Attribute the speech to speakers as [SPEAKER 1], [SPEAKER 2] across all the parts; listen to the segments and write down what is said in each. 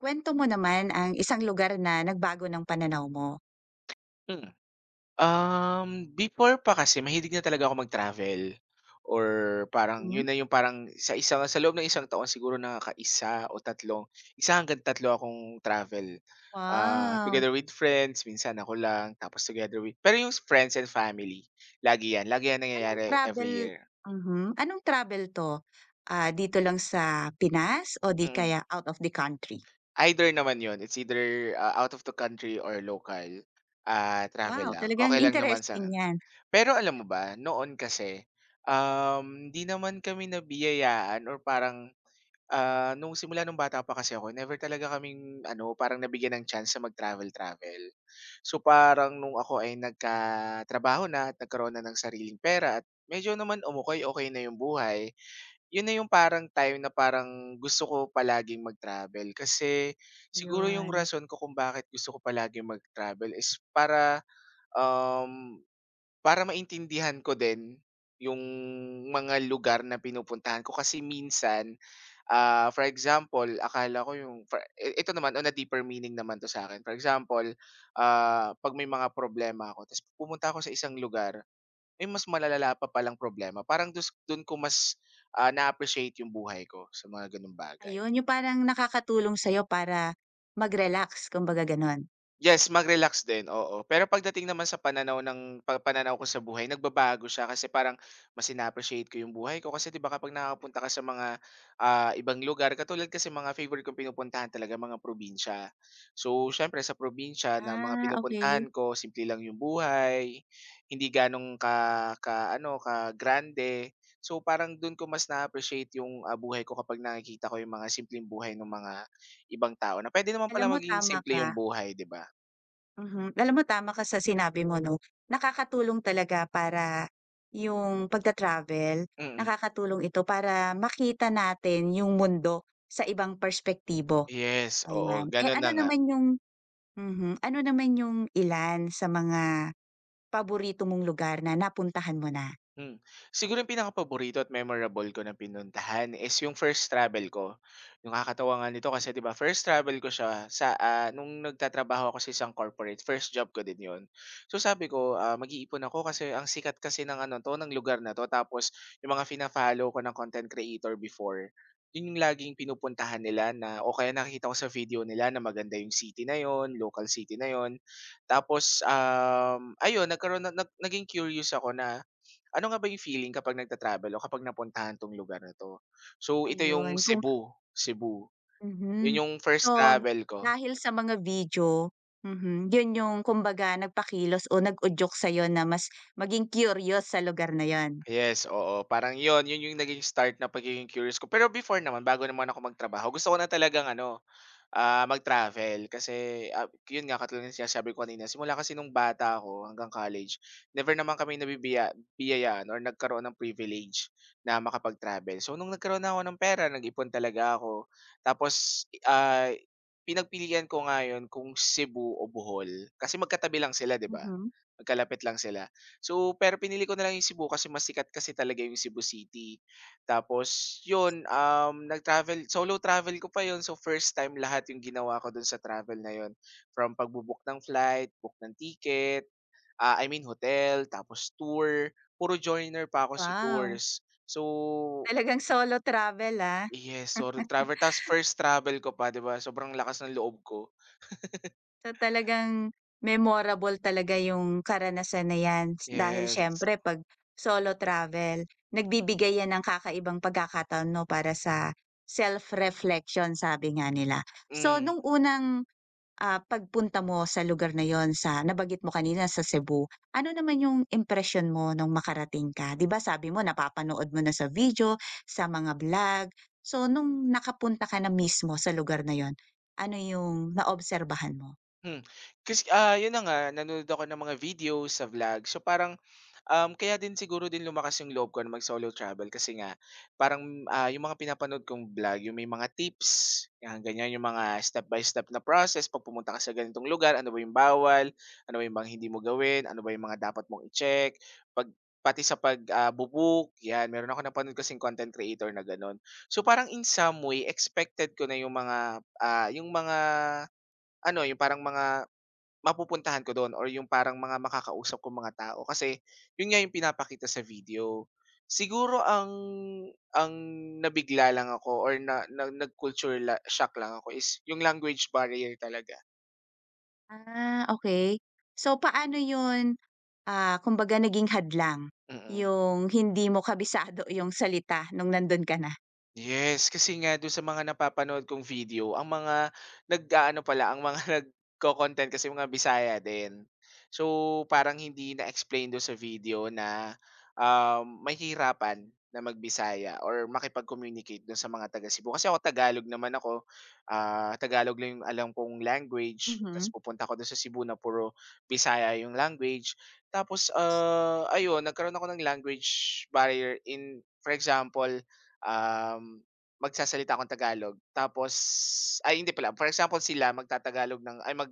[SPEAKER 1] Kuwento mo naman ang isang lugar na nagbago ng pananaw mo.
[SPEAKER 2] Hmm. Before pa kasi mahilig na talaga ako mag-travel or parang
[SPEAKER 1] Mhm.
[SPEAKER 2] yun na yung parang sa loob ng isang taon siguro nakaka-1 o 3, 1 hanggang 3 akong travel.
[SPEAKER 1] Wow!
[SPEAKER 2] Together with friends, minsan ako lang, tapos together with pero yung friends and family, lagi yan. Lagi yan
[SPEAKER 1] Anong
[SPEAKER 2] nangyayari every
[SPEAKER 1] travel
[SPEAKER 2] year.
[SPEAKER 1] mhm, anong travel 'to? Ah, dito lang sa Pinas o di
[SPEAKER 2] Mm.
[SPEAKER 1] kaya out of the country?
[SPEAKER 2] Either naman yun. It's either, out of the country or local, travel
[SPEAKER 1] Wow,
[SPEAKER 2] lang.
[SPEAKER 1] talagang
[SPEAKER 2] Okay lang naman sa.
[SPEAKER 1] interesting 'yan.
[SPEAKER 2] Pero alam mo ba, noon kasi, hindi naman kami nabiyayaan or parang, nung simula nung bata pa kasi ako, never talaga kaming ano, parang nabigyan ng chance sa mag-travel-travel. So, parang nung ako ay nagkatrabaho na at nagkaroon na ng sariling pera at medyo naman umukoy okay na yung buhay, yun na yung parang time na parang gusto ko palaging mag-travel. Kasi siguro yung
[SPEAKER 1] Ayun.
[SPEAKER 2] rason ko kung bakit gusto ko palaging mag-travel is para, um para maintindihan ko din yung mga lugar na pinupuntahan ko kasi minsan, for example, akala ko yung for i ito naman on a deeper meaning naman 'to sa akin. For example, 'pag may mga problema ako ta's pumunta ako sa isang lugar, may mas malalala pa palang problema. Parang dun ko mas, na-appreciate yung buhay ko sa mga gano'ng bagay.
[SPEAKER 1] Ayun, yung parang nakakatulong sa'yo para mag-relax kumbaga gano'n?
[SPEAKER 2] Yes, mag-relax din, oo. Pero pagdating naman sa pananaw ng pa pananaw ko sa buhay, nagbabago siya kasi parang mas ina-appreciate ko yung buhay ko kasi 'di ba kapag nakakapunta ka sa mga, ibang lugar. Katulad kasi mga favorite kong pinupuntahan talaga mga probinsya. So, siyempre sa probinsya na mga
[SPEAKER 1] Ah, okey.
[SPEAKER 2] pinupuntahan ko simple lang yung buhay, hindi ganong ka ka-ano, ka-grande. So, parang do'n ko mas na-appreciate yung, buhay ko kapag nakikita ko yung mga simpleng buhay ng mga ibang tao na pwede naman pala
[SPEAKER 1] Alam mo
[SPEAKER 2] maging
[SPEAKER 1] tama
[SPEAKER 2] simple
[SPEAKER 1] ka.
[SPEAKER 2] yung buhay, 'di ba?
[SPEAKER 1] Mhm. Alam mo tama ka sa sinabi mo 'no, nakakatulong talaga para yung pagta-travel,
[SPEAKER 2] Mm,
[SPEAKER 1] nakakatulong ito para makita natin yung mundo sa ibang perspektibo,
[SPEAKER 2] yes, oo,
[SPEAKER 1] ayan. Eh,
[SPEAKER 2] gano'n na
[SPEAKER 1] ano
[SPEAKER 2] nga.
[SPEAKER 1] naman yung mhm, ano naman yung ilan sa mga paborito mong lugar na napuntahan mo na?
[SPEAKER 2] Hmm. Siguro yung paborito at memorable ko na pinuntahan is yung first travel ko. Nakakatawa nga nito kasi 'di ba first travel ko siya sa, nung nagtatrabaho ako sa isang corporate, first job ko din yon. So sabi ko, mag-iipon ako kasi ang sikat kasi ng ano 'to, ng lugar na 'to. Tapos yung mga fina-follow ko ng content creator before, yun yung laging pinupuntahan nila na o kaya nakikita ko sa video nila na maganda yung city na yon, local city na yon. Tapos, ayun nagkaroon na naging curious ako na ano nga ba yung feeling kapag nagta-travel o kapag napuntahan 'tong lugar na 'to? So, ito yung
[SPEAKER 1] Ayun kung
[SPEAKER 2] Cebu, Cebu. Yun
[SPEAKER 1] mhm.
[SPEAKER 2] yung first
[SPEAKER 1] So,
[SPEAKER 2] travel ko.
[SPEAKER 1] dahil sa mga video, mhm, yun yung kumbaga nagpakilos o nag-udyok sa'yo na mas maging curious sa lugar na yun?
[SPEAKER 2] Yes, oo. Parang yun yung naging start na pagiging curious ko. Pero before naman, bago naman ako magtrabaho, gusto ko na talagang ano, mag-travel kasi, yun nga katulad ng sinasabi ko kanina. Simula kasi nung bata ako hanggang college, never naman kami biyayaan or nagkaroon ng privilege na makapag-travel. So nung nagkaroon na ako ng pera nag-ipon talaga ako, tapos, pinagpilian ko ngayon kung Cebu o Bohol kasi magkatabi lang sila 'di ba?
[SPEAKER 1] Mhm,
[SPEAKER 2] Magkalapit lang sila. So pero pinili ko na lang yung Cebu kasi mas sikat kasi talaga yung Cebu City. Tapos yun, solo travel ko pa yun. So, first time lahat yung ginawa ko dun sa travel na yun. From pagbo-book ng flight, book ng ticket, I mean hotel, tapos tour. Puro joiner pa ako sa
[SPEAKER 1] wow.
[SPEAKER 2] tours. So,
[SPEAKER 1] Talagang solo travel, ah.
[SPEAKER 2] yes, solo travel. Tapos first travel ko pa, 'di ba? Sobrang lakas ng loob ko.
[SPEAKER 1] So, talagang memorable talaga yung karanasan na 'yan s- dahil
[SPEAKER 2] Yes.
[SPEAKER 1] siyempre 'pag solo travel, nagbibigay 'yan ng kakaibang pagkakataon 'no, para sa self-reflection sabi nga nila. So,
[SPEAKER 2] Hmm,
[SPEAKER 1] nung unang pagpunta mo sa lugar na yon sa nabanggit mo kanina sa Cebu, ano naman yung impression mo nung makarating ka? 'Di ba sabi mo napapanood mo na sa video, sa mga vlog. So nung nakapunta ka na mismo sa lugar na yon ano yung naobserbahan mo?
[SPEAKER 2] hmm. Kasi, yun na nga, nanonood ako ng mga videos sa vlog. So, parang. Kaya din siguro din lumakas yung loob ko na mag-solo travel kasi nga parang, yung mga pinapanood kong vlog, yung may mga tips, yan ganyan, yung mga step by step na process 'pag pumunta ka sa ganitong lugar, ano ba yung bawal, ano ba yung mga hindi mo gawin, ano ba yung mga dapat mong i-check, 'pag pati sa pag, ah, bu yan. Meron ako napanood kasing content creator na gano'n. So, parang in some way expected ko na yung mga ano, yung parang mga mapupuntahan ko dun or yung parang mga makakausap kong mga tao kasi yun nga yung pinapakita sa video. Siguro ang nabigla lang ako or na na nag-culture shock lang ako is yung language barrier talaga.
[SPEAKER 1] Ah, okay. So paano yun, kumbaga naging hadlang
[SPEAKER 2] Mm.
[SPEAKER 1] yung hindi mo kabisado yung salita nung nandun ka na?
[SPEAKER 2] Yes, kasi nga do'n sa mga napapanood kong video, ang mga nag-aano pala, ang mga nagko content kasi mga Bisaya din. So, parang hindi na-explain do'n sa video na, may hirapan na magbisaya bisaya or makipag-communicate do'n sa mga taga Cebu. Kasi ako Tagalog naman ako, Tagalog lang 'yung alam kong language, ta's
[SPEAKER 1] Mhm,
[SPEAKER 2] pupunta ako do'n sa Cebu na puro Bisaya 'yung language. Tapos, ayun nagkaroon ako ng language barrier. In, for example, um, magsasalita akong Tagalog tapos ay hindi pala, for example sila magtatagalog ng ay mag,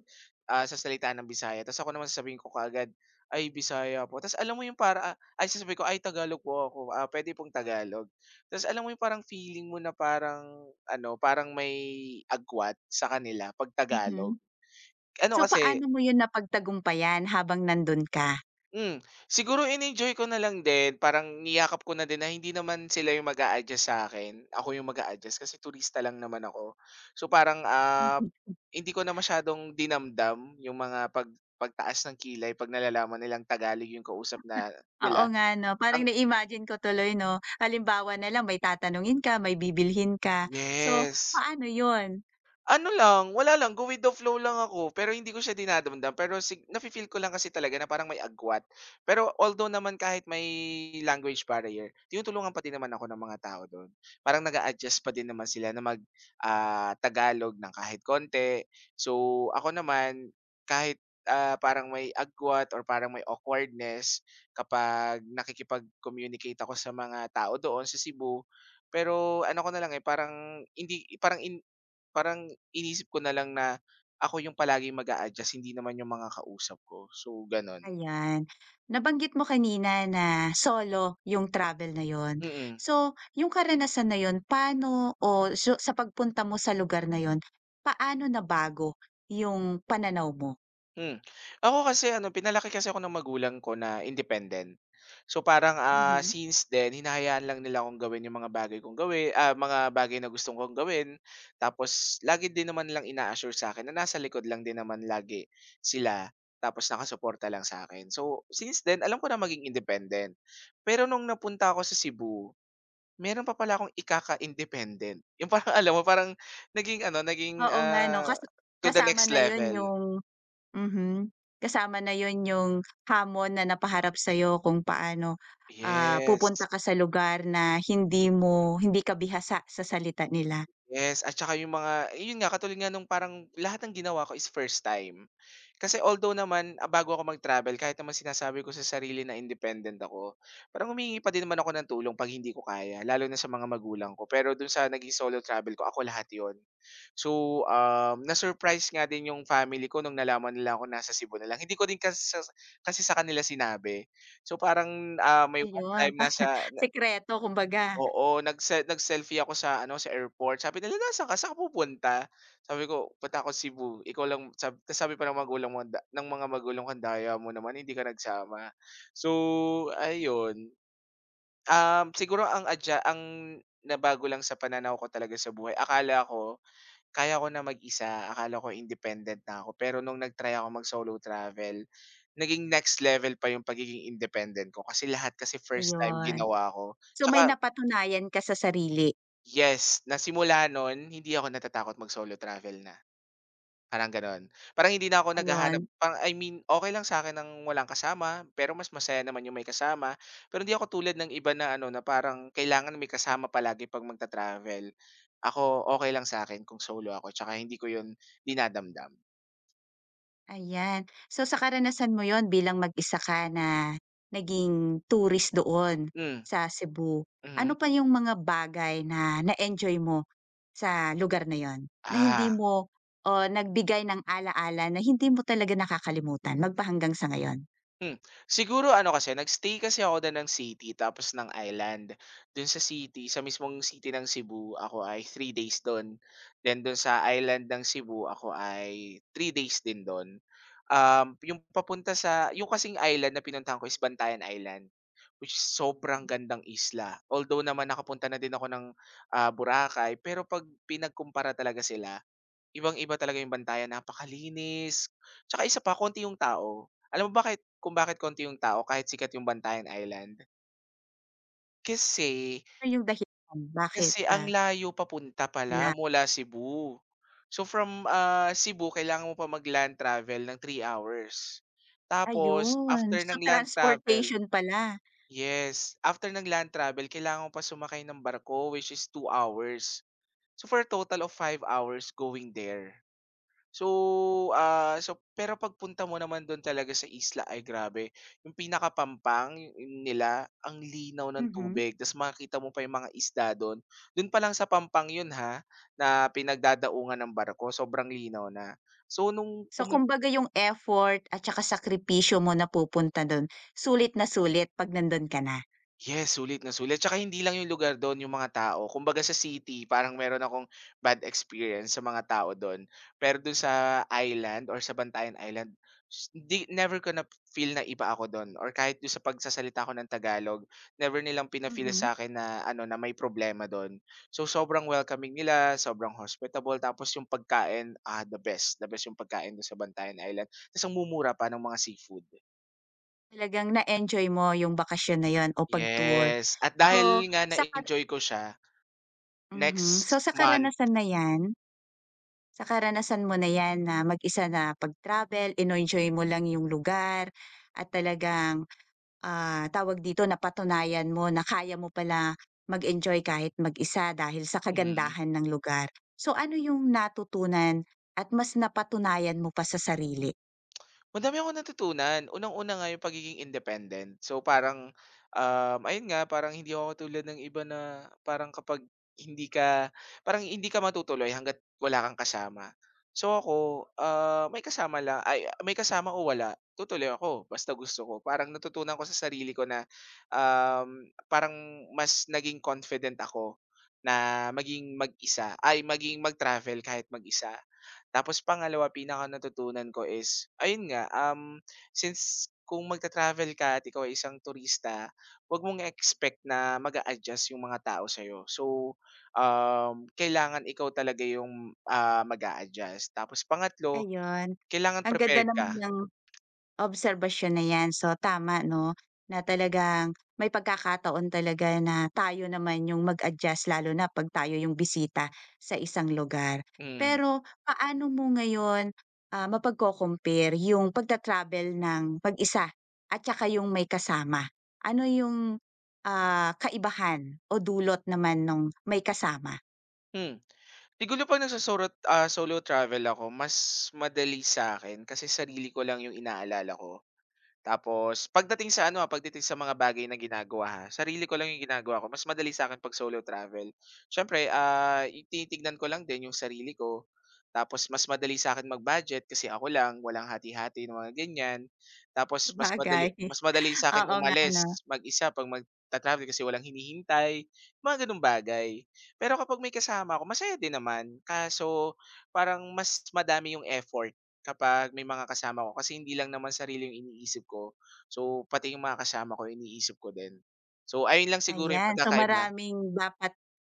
[SPEAKER 2] ah, sasalita ng Bisaya tapos ako naman sasabihin ko kaagad, "Ay Bisaya po." Tapos alam mo yung ay sasabihin ko, "Ay Tagalog po ako, pwede pong Tagalog." Tapos alam mo yung parang feeling mo na parang ano, parang may agwat sa kanila 'pag Tagalog.
[SPEAKER 1] mhm.
[SPEAKER 2] Ano
[SPEAKER 1] So
[SPEAKER 2] kasi.
[SPEAKER 1] paano mo yun napagtagumpayan habang nandun ka?
[SPEAKER 2] Siguro in-enjoy ko na lang din, parang niyakap ko na din na hindi naman sila yung mag-a-adjust sa'kin, ako yung mag adjust kasi turista lang naman ako. So parang, hindi ko na masyadong dinamdam yung mga pagtaas ng kilay 'pag nalalaman nilang Tagalog yung kausap na
[SPEAKER 1] Oo
[SPEAKER 2] nila.
[SPEAKER 1] nga 'no, parang
[SPEAKER 2] ang
[SPEAKER 1] na-imagine ko tuloy 'no. Halimbawa na lang may tatanungin ka, may bibilhin ka. So,
[SPEAKER 2] yes.
[SPEAKER 1] paano 'yun?
[SPEAKER 2] Ano lang, wala lang, go with the flow lang ako, pero hindi ko siya dinadamdam, pero nafi-feel ko lang kasi talaga na parang may agwat. Pero although naman kahit may language barrier, tinutulungan pa din naman ako ng mga tao do'n. Parang nag adjust pa din naman sila na mag, Tagalog ng kahit konti. So, ako naman kahit, parang may agwat or parang may awkwardness kapag nakikipag-communicate ako sa mga tao doon sa Cebu, pero ano ko na lang, eh, parang hindi parang in Parang inisip ko na lang na ako yung palagi mag adjust hindi naman yung mga kausap ko. So, gano'n.
[SPEAKER 1] Ayan. Nabanggit mo kanina na solo yung travel na yon.
[SPEAKER 2] Mm,
[SPEAKER 1] So, yung karanasan na yon paano o so sa pagpunta mo sa lugar na yon paano nabago yung pananaw mo?
[SPEAKER 2] hmm. Ako kasi ano, pinalaki kasi ako ng magulang ko na independent. So, parang,
[SPEAKER 1] Mhm.
[SPEAKER 2] since then hinahayaan lang nila akong gawin yung mga bagay kong gawin, mga bagay na gusto kong gawin. Tapos lagi din naman lang ina-assure sa akin na nasa likod lang din naman lagi sila, tapos nakasuporta lang sa akin. So, since then alam ko na maging independent. Pero nung napunta ako sa Cebu, meron pa pala akong ikaka-independent, yung parang alam mo parang naging ano, naging,
[SPEAKER 1] Oo nga 'no,
[SPEAKER 2] ah,
[SPEAKER 1] kas
[SPEAKER 2] to the
[SPEAKER 1] kasama
[SPEAKER 2] next
[SPEAKER 1] na yon
[SPEAKER 2] level.
[SPEAKER 1] yung Mhm. Kasama na yun yung hamon na napaharap sa'yo kung paano,
[SPEAKER 2] Yes.
[SPEAKER 1] pupunta ka sa lugar na hindi mo hindi ka bihasa sa salita nila.
[SPEAKER 2] Yes, at saka yung mga yun nga katulad nga nung parang lahat ng ginawa ko is first time. Kasi although naman, bago ako mag-travel kahit naman sinasabi ko sa sarili na independent ako, parang humihingi pa din naman ako ng tulong 'pag hindi ko kaya, lalo na sa mga magulang ko. Pero dun sa naging solo travel ko, ako lahat yon. So, na-surprise nga din yung family ko nung nalaman nila ako nasa Cebu na lang. Hindi ko din kasi sa kanila sinabi. So, parang, may one
[SPEAKER 1] Ayun,
[SPEAKER 2] time
[SPEAKER 1] sikreto kumbaga,
[SPEAKER 2] Oo, nag-selfie ako sa ano, sa airport. Sabi nila, "Nasaan ka? Saan ka pupunta?" Sabi ko, "Punta ako Cebu. Ikaw lang," sabi. Tas sabi pa ng magulang mo, da ng mga magulang ko, "Daya mo naman, hindi ka nagsama." So, ayun. Siguro ang nabago lang sa pananaw ko talaga sa buhay, akala ko kaya ko na mag-isa, akala ko independent na ako. Pero nung nag-try ako mag-solo travel, naging next level pa yung pagiging independent ko kasi lahat kasi first time
[SPEAKER 1] ayun.
[SPEAKER 2] ginawa ko.
[SPEAKER 1] So, may
[SPEAKER 2] Tsaka
[SPEAKER 1] napatunayan ka sa sarili,
[SPEAKER 2] Yes, nasimula n'on hindi ako natatakot mag-solo travel na, parang gano'n. Parang hindi na ako naghahanap
[SPEAKER 1] ayun.
[SPEAKER 2] parang I mean, okey lang sa'kin ang walang kasama, pero mas masaya naman yung may kasama. Pero hindi ako tulad ng iba na ano, na parang kailangan may kasama palagi 'pag magta-travel. Ako, okey lang sa'kin kung solo ako 'tsaka hindi ko yun dinadamdam.
[SPEAKER 1] Ayan. So sa karanasan mo 'yon bilang mag-isa ka na naging tourist doon
[SPEAKER 2] Hmm,
[SPEAKER 1] sa Cebu, ano
[SPEAKER 2] mhm.
[SPEAKER 1] pa yung mga bagay na na-enjoy mo sa lugar na 'yon, na hindi
[SPEAKER 2] Ah.
[SPEAKER 1] mo o nagbigay ng ala-ala na hindi mo talaga nakakalimutan magpahanggang sa ngayon?
[SPEAKER 2] Hmm, siguro ano kasi nag-stay kasi ako dun ng city tapos ng island. Dun sa city, sa mismong city ng Cebu ako ay 3 days dun. Then dun sa island ng Cebu ako ay three days din dun. Yung papunta sa yung kasing island na pinuntahan ko is Bantayan Island, which is sobrang gandang isla. Although naman nakapunta na din ako ng, Boracay pero 'pag pinagkumpara talaga sila, ibang-iba talaga yung bantayan, napakalinis. Tsaka isa pa, konti yung tao. Alam mo kung bakit konti yung tao kahit sikat yung Bantayan Island? Kasi
[SPEAKER 1] Ano yung dahilan bakit,
[SPEAKER 2] kasi ang
[SPEAKER 1] ah,
[SPEAKER 2] layo papunta pala
[SPEAKER 1] wala?
[SPEAKER 2] mula Cebu. So from, Cebu kailangan mo pa mag-land travel ng 3 hours. Tapos
[SPEAKER 1] Ayun,
[SPEAKER 2] after
[SPEAKER 1] so
[SPEAKER 2] ng land travel
[SPEAKER 1] transportation pala,
[SPEAKER 2] Yes, after ng land travel kailangan mo pa sumakay ng barko which is 2 hours. So for a total of 5 hours going there. So, so pero pagpunta mo naman dun talaga sa isla ay grabe, yung pinakapampang yun nila ang linaw ng
[SPEAKER 1] mhm.
[SPEAKER 2] tubig ta's makikita mo pa yung mga isda dun. Dun pa lang sa pampang yun ha, na pinagdadaungan ng barko sobrang linaw na. So nung
[SPEAKER 1] So
[SPEAKER 2] pumunta
[SPEAKER 1] kumbaga yung effort at saka sakripisyo mo na pupunta do'n, sulit na sulit 'pag nando'n ka na?
[SPEAKER 2] Yes, sulit na sulit. Tsaka hindi lang yung lugar dun, yung mga tao. Kumbaga sa city, parang meron akong bad experience sa mga tao dun. Pero dun sa island or sa Bantayan Island, di, never ko na feel na iba ako dun. Or kahit dun sa pagsasalita ko ng Tagalog, never nilang pina-feel
[SPEAKER 1] Mhm.
[SPEAKER 2] sa akin na, ano, na may problema dun. So sobrang welcoming nila, sobrang hospitable. Tapos yung pagkain, ah, the best. The best yung pagkain dun sa Bantayan Island. Tapos ang mumura pa ng mga seafood.
[SPEAKER 1] Talagang na-enjoy mo yung bakasyon na yun o pag-tour.
[SPEAKER 2] Yes. At
[SPEAKER 1] So,
[SPEAKER 2] dahil nga
[SPEAKER 1] sa kar
[SPEAKER 2] na-enjoy ko siya,
[SPEAKER 1] mhm. So,
[SPEAKER 2] next
[SPEAKER 1] sa
[SPEAKER 2] month,
[SPEAKER 1] karanasan na yan, sa karanasan mo na yan na mag-isa na pag-travel, in-enjoy mo lang yung lugar at talagang, tawag dito, napatunayan mo na kaya mo pala mag-enjoy kahit mag-isa dahil sa
[SPEAKER 2] mhm.
[SPEAKER 1] kagandahan ng lugar. So, ano yung natutunan at mas napatunayan mo pa sa sarili?
[SPEAKER 2] Madami akong natutunan. Unang-una nga yung pagiging independent. So, parang, ayun nga, parang hindi ako tulad ng iba na parang kapag hindi ka parang hindi ka matutuloy hangga't wala kang kasama. So, ako, ah, may kasama lang ay, may kasama o wala, tutuloy ako basta gusto ko. Parang natutunan ko sa sarili ko na, um, parang mas naging confident ako na maging mag-isa ay maging mag-travel kahit mag-isa. Tapos pangalawa, pinaka natutunan ko is, ayun nga, since kung magta-travel ka at ikaw ay isang turista, huwag mong i-expect na mag adjust yung mga tao sa'yo. So, kailangan ikaw talaga yung, ah, mag adjust. Tapos pangatlo,
[SPEAKER 1] Ayun,
[SPEAKER 2] kailangan
[SPEAKER 1] ang ganda
[SPEAKER 2] prepared
[SPEAKER 1] naman
[SPEAKER 2] ka.
[SPEAKER 1] ng Obserbasyon na 'yan. So tama 'no, na talagang may pagkakataon talaga na tayo naman yung mag-adjust lalo na 'pag tayo yung bisita sa isang lugar.
[SPEAKER 2] Mm,
[SPEAKER 1] Pero paano mo ngayon, mapagco-compare yung pagta-travel ng pag isa at saka yung may kasama? Ano yung, kaibahan o dulot naman nung may kasama?
[SPEAKER 2] hmm. Siguro 'pag nagso-solo, ah, solo travel ako mas madali sa'kin kasi sarili ko lang yung inaalala ko. Tapos pagdating sa ano, ah, pagdating sa mga bagay na ginagawa, ha, sarili ko lang yung ginagawa ko. Mas madali sa'kin 'pag solo travel. Siyempre, ah, i tinitignan ko lang din yung sarili ko. Tapos mas madali sa'kin mag-budget kasi ako lang, walang hati-hati na mga ganyan. Tapos mas madali
[SPEAKER 1] Sabagay,
[SPEAKER 2] mas madali sa akin
[SPEAKER 1] oo nga 'no.
[SPEAKER 2] umalis mag-isa 'pag magta-travel kasi walang hinihintay, mga gano'ng bagay. Pero kapag may kasama ako masaya din naman, kaso parang mas madami yung effort. Kapag may mga kasama ko kasi hindi lang naman sarili yung iniisip ko. So, pati yung mga kasama ko iniisip ko din. So, ayun lang siguro yung
[SPEAKER 1] Ayan, so
[SPEAKER 2] pagkakaiba.
[SPEAKER 1] maraming dapat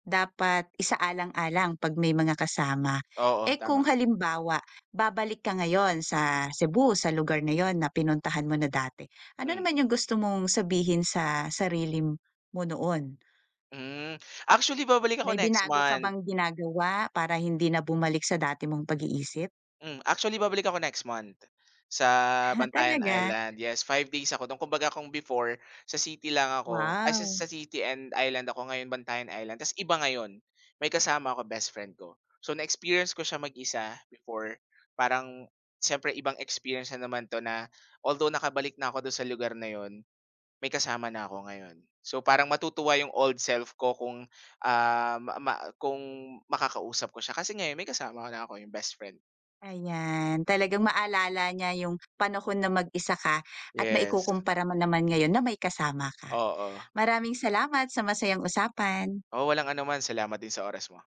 [SPEAKER 1] dapat isaalang-alang 'pag may mga kasama.
[SPEAKER 2] Oo,
[SPEAKER 1] Eh,
[SPEAKER 2] tama.
[SPEAKER 1] kung halimbawa babalik ka ngayon sa Cebu, sa lugar na 'yon na pinuntahan mo na dati, ano
[SPEAKER 2] Hmm,
[SPEAKER 1] naman yung gusto mong sabihin sa sarili m- mo noon?
[SPEAKER 2] hmm. Actually babalik ako
[SPEAKER 1] May
[SPEAKER 2] next
[SPEAKER 1] binago ka
[SPEAKER 2] month.
[SPEAKER 1] bang ginagawa para hindi na bumalik sa dati mong pag-iisip?
[SPEAKER 2] Hmm, actually babalik ako next month sa
[SPEAKER 1] Ah,
[SPEAKER 2] Bantayan
[SPEAKER 1] talaga?
[SPEAKER 2] Island. Yes, 5 days ako do'n. Kumbaga kung before sa city lang ako ay, sa
[SPEAKER 1] Wow,
[SPEAKER 2] sa city and island ako, ngayon Bantayan Island. Tas iba ngayon, may kasama ako, best friend ko. So na-experience ko siya mag-isa before, parang siyempre ibang experience na naman 'to na although nakabalik na ako do'n sa lugar na 'yon, may kasama na ako ngayon. So parang matutuwa yung old self ko kung, ah, ma ma kung makakausap ko siya kasi ngayon may kasama na ako, yung best friend.
[SPEAKER 1] ayan. Talagang maalala niya yung panahon na mag-isa ka at
[SPEAKER 2] Yes.
[SPEAKER 1] maikukumpara mo naman ngayon na may kasama ka.
[SPEAKER 2] Oo.
[SPEAKER 1] Maraming salamat sa masayang usapan.
[SPEAKER 2] Oo, walang anuman. Salamat din sa oras mo.